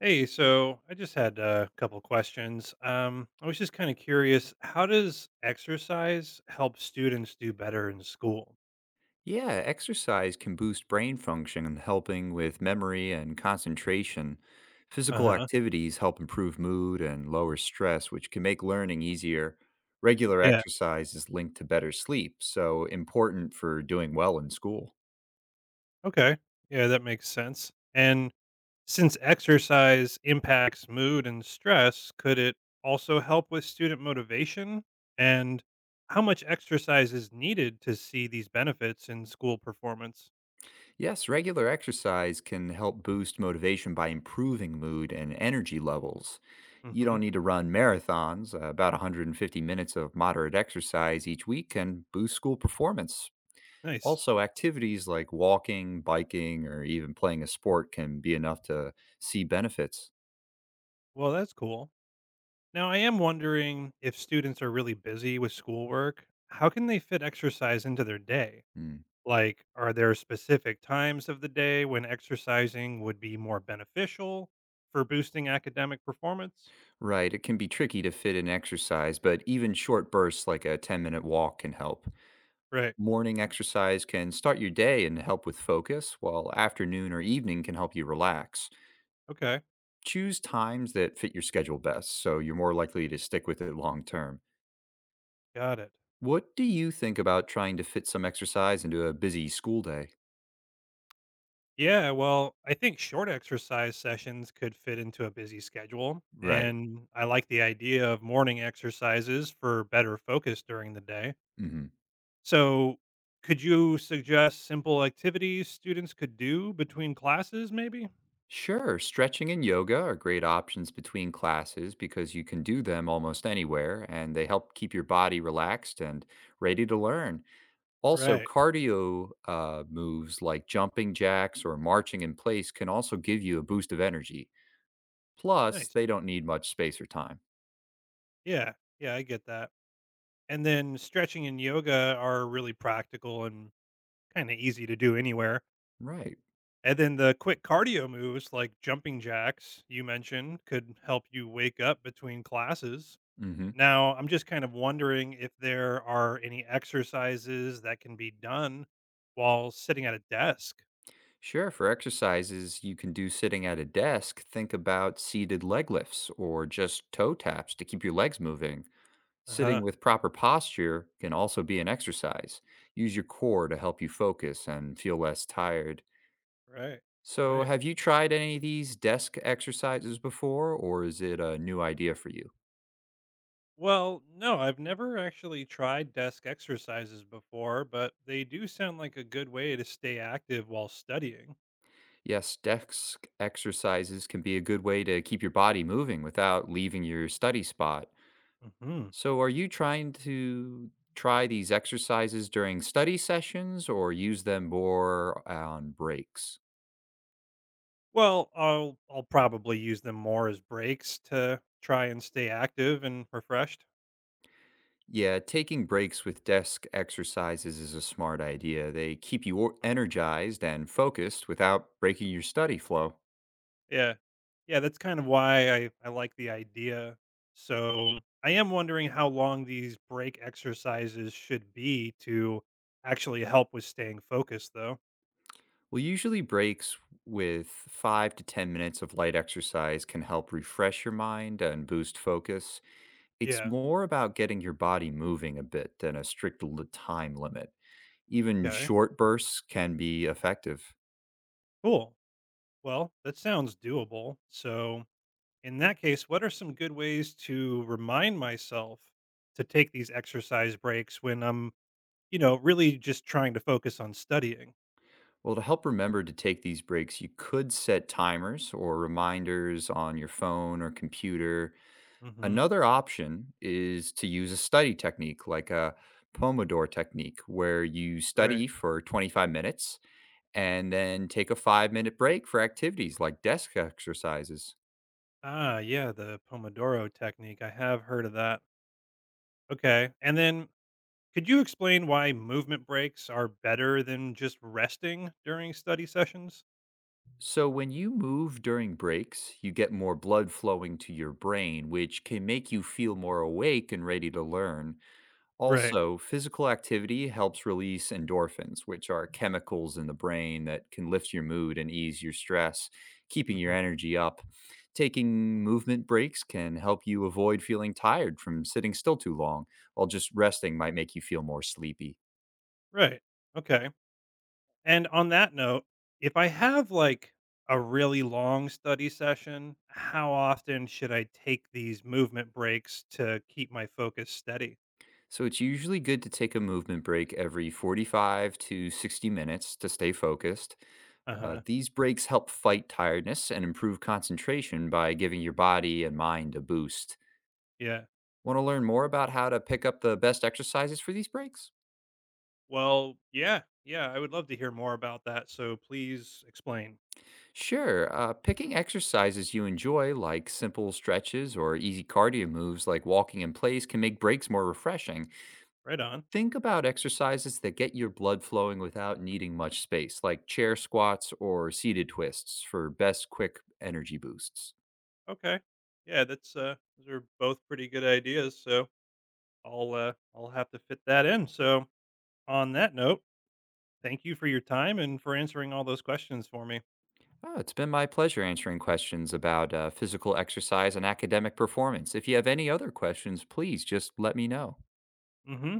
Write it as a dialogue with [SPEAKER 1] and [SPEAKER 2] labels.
[SPEAKER 1] Hey, so I just had a couple questions. I was just kind of curious, how does exercise help students do better in school?
[SPEAKER 2] Yeah, exercise can boost brain function, helping with memory and concentration. Physical
[SPEAKER 1] Uh-huh.
[SPEAKER 2] activities help improve mood and lower stress, which can make learning easier. Regular
[SPEAKER 1] Yeah.
[SPEAKER 2] exercise is linked to better sleep, so important for doing well in school.
[SPEAKER 1] Okay. Yeah, that makes sense. And since exercise impacts mood and stress, could it also help with student motivation? And how much exercise is needed to see these benefits in school performance?
[SPEAKER 2] Yes, regular exercise can help boost motivation by improving mood and energy levels. You
[SPEAKER 1] Mm-hmm.
[SPEAKER 2] don't need to run marathons. About 150 minutes of moderate exercise each week can boost school performance.
[SPEAKER 1] Nice.
[SPEAKER 2] Also, activities like walking, biking, or even playing a sport can be enough to see benefits.
[SPEAKER 1] Well, that's cool. Now, I am wondering if students are really busy with schoolwork, how can they fit exercise into their day?
[SPEAKER 2] Mm.
[SPEAKER 1] Like, are there specific times of the day when exercising would be more beneficial for boosting academic performance?
[SPEAKER 2] Right, it can be tricky to fit in exercise, but even short bursts like a 10-minute walk can help.
[SPEAKER 1] Right.
[SPEAKER 2] Morning exercise can start your day and help with focus, while afternoon or evening can help you relax.
[SPEAKER 1] Okay.
[SPEAKER 2] Choose times that fit your schedule best so you're more likely to stick with it long term.
[SPEAKER 1] Got it.
[SPEAKER 2] What do you think about trying to fit some exercise into a busy school day?
[SPEAKER 1] Yeah. Well, I think short exercise sessions could fit into a busy schedule.
[SPEAKER 2] Right.
[SPEAKER 1] And I like the idea of morning exercises for better focus during the day.
[SPEAKER 2] Hmm.
[SPEAKER 1] So, could you suggest simple activities students could do between classes maybe?
[SPEAKER 2] Sure, stretching and yoga are great options between classes because you can do them almost anywhere and they help keep your body relaxed and ready to learn. Also,
[SPEAKER 1] Right.
[SPEAKER 2] cardio moves like jumping jacks or marching in place can also give you a boost of energy. Plus,
[SPEAKER 1] Nice.
[SPEAKER 2] they don't need much space or time.
[SPEAKER 1] Yeah. Yeah, I get that. And then stretching and yoga are really practical and kind of easy to do anywhere.
[SPEAKER 2] Right.
[SPEAKER 1] And then the quick cardio moves like jumping jacks you mentioned could help you wake up between classes.
[SPEAKER 2] Hmm.
[SPEAKER 1] Now, I'm just kind of wondering if there are any exercises that can be done while sitting at a desk.
[SPEAKER 2] Sure, for exercises you can do sitting at a desk, think about seated leg lifts or just toe taps to keep your legs moving. Sitting
[SPEAKER 1] Uh-huh.
[SPEAKER 2] with proper posture can also be an exercise. Use your core to help you focus and feel less tired.
[SPEAKER 1] Right.
[SPEAKER 2] So,
[SPEAKER 1] Right.
[SPEAKER 2] have you tried any of these desk exercises before, or is it a new idea for you?
[SPEAKER 1] Well, no, I've never actually tried desk exercises before, but they do sound like a good way to stay active while studying.
[SPEAKER 2] Yes, desk exercises can be a good way to keep your body moving without leaving your study spot.
[SPEAKER 1] Hmm.
[SPEAKER 2] So, are you trying to try these exercises during study sessions or use them more on breaks?
[SPEAKER 1] Well, I'll probably use them more as breaks to try and stay active and refreshed.
[SPEAKER 2] Yeah, taking breaks with desk exercises is a smart idea. They keep you energized and focused without breaking your study flow.
[SPEAKER 1] Yeah, yeah, that's kind of why I like the idea. So I am wondering how long these break exercises should be to actually help with staying focused, though.
[SPEAKER 2] Well, usually breaks with 5 to 10 minutes of light exercise can help refresh your mind and boost focus. It's
[SPEAKER 1] Yeah.
[SPEAKER 2] more about getting your body moving a bit than a strict time limit. Even
[SPEAKER 1] Okay.
[SPEAKER 2] short bursts can be effective.
[SPEAKER 1] Cool. Well, that sounds doable. So, in that case, what are some good ways to remind myself to take these exercise breaks when I'm, you know, really just trying to focus on studying?
[SPEAKER 2] Well, to help remember to take these breaks, you could set timers or reminders on your phone or computer.
[SPEAKER 1] Hmm.
[SPEAKER 2] Another option is to use a study technique like a Pomodoro technique, where you
[SPEAKER 1] Right.
[SPEAKER 2] study for 25 minutes and then take a 5 minute break for activities like desk exercises.
[SPEAKER 1] Ah, yeah, the Pomodoro technique. I have heard of that. Okay. And then could you explain why movement breaks are better than just resting during study sessions?
[SPEAKER 2] So, when you move during breaks, you get more blood flowing to your brain, which can make you feel more awake and ready to learn.
[SPEAKER 1] Right.
[SPEAKER 2] Also, physical activity helps release endorphins, which are chemicals in the brain that can lift your mood and ease your stress, keeping your
[SPEAKER 1] Hmm.
[SPEAKER 2] energy up. Taking movement breaks can help you avoid feeling tired from sitting still too long, while just resting might make you feel more sleepy.
[SPEAKER 1] Right. Okay. And on that note, if I have like a really long study session, how often should I take these movement breaks to keep my focus steady?
[SPEAKER 2] So, it's usually good to take a movement break every 45 to 60 minutes to stay focused.
[SPEAKER 1] Uh huh.
[SPEAKER 2] These breaks help fight tiredness and improve concentration by giving your body and mind a boost.
[SPEAKER 1] Yeah.
[SPEAKER 2] Want to learn more about how to pick up the best exercises for these breaks?
[SPEAKER 1] Well, yeah. Yeah. I would love to hear more about that. So please explain.
[SPEAKER 2] Sure, picking exercises you enjoy, like simple stretches or easy cardio moves like walking in place, can make breaks more refreshing.
[SPEAKER 1] Right on.
[SPEAKER 2] Think about exercises that get your blood flowing without needing much space, like chair squats or seated twists for best quick energy boosts.
[SPEAKER 1] Okay. Yeah. That's, those are both pretty good ideas. So I'll have to fit that in. So on that note, thank you for your time and for answering all those questions for me.
[SPEAKER 2] Oh, it's been my pleasure answering questions about physical exercise and academic performance. If you have any other questions, please just let me know.
[SPEAKER 1] Mm hmm.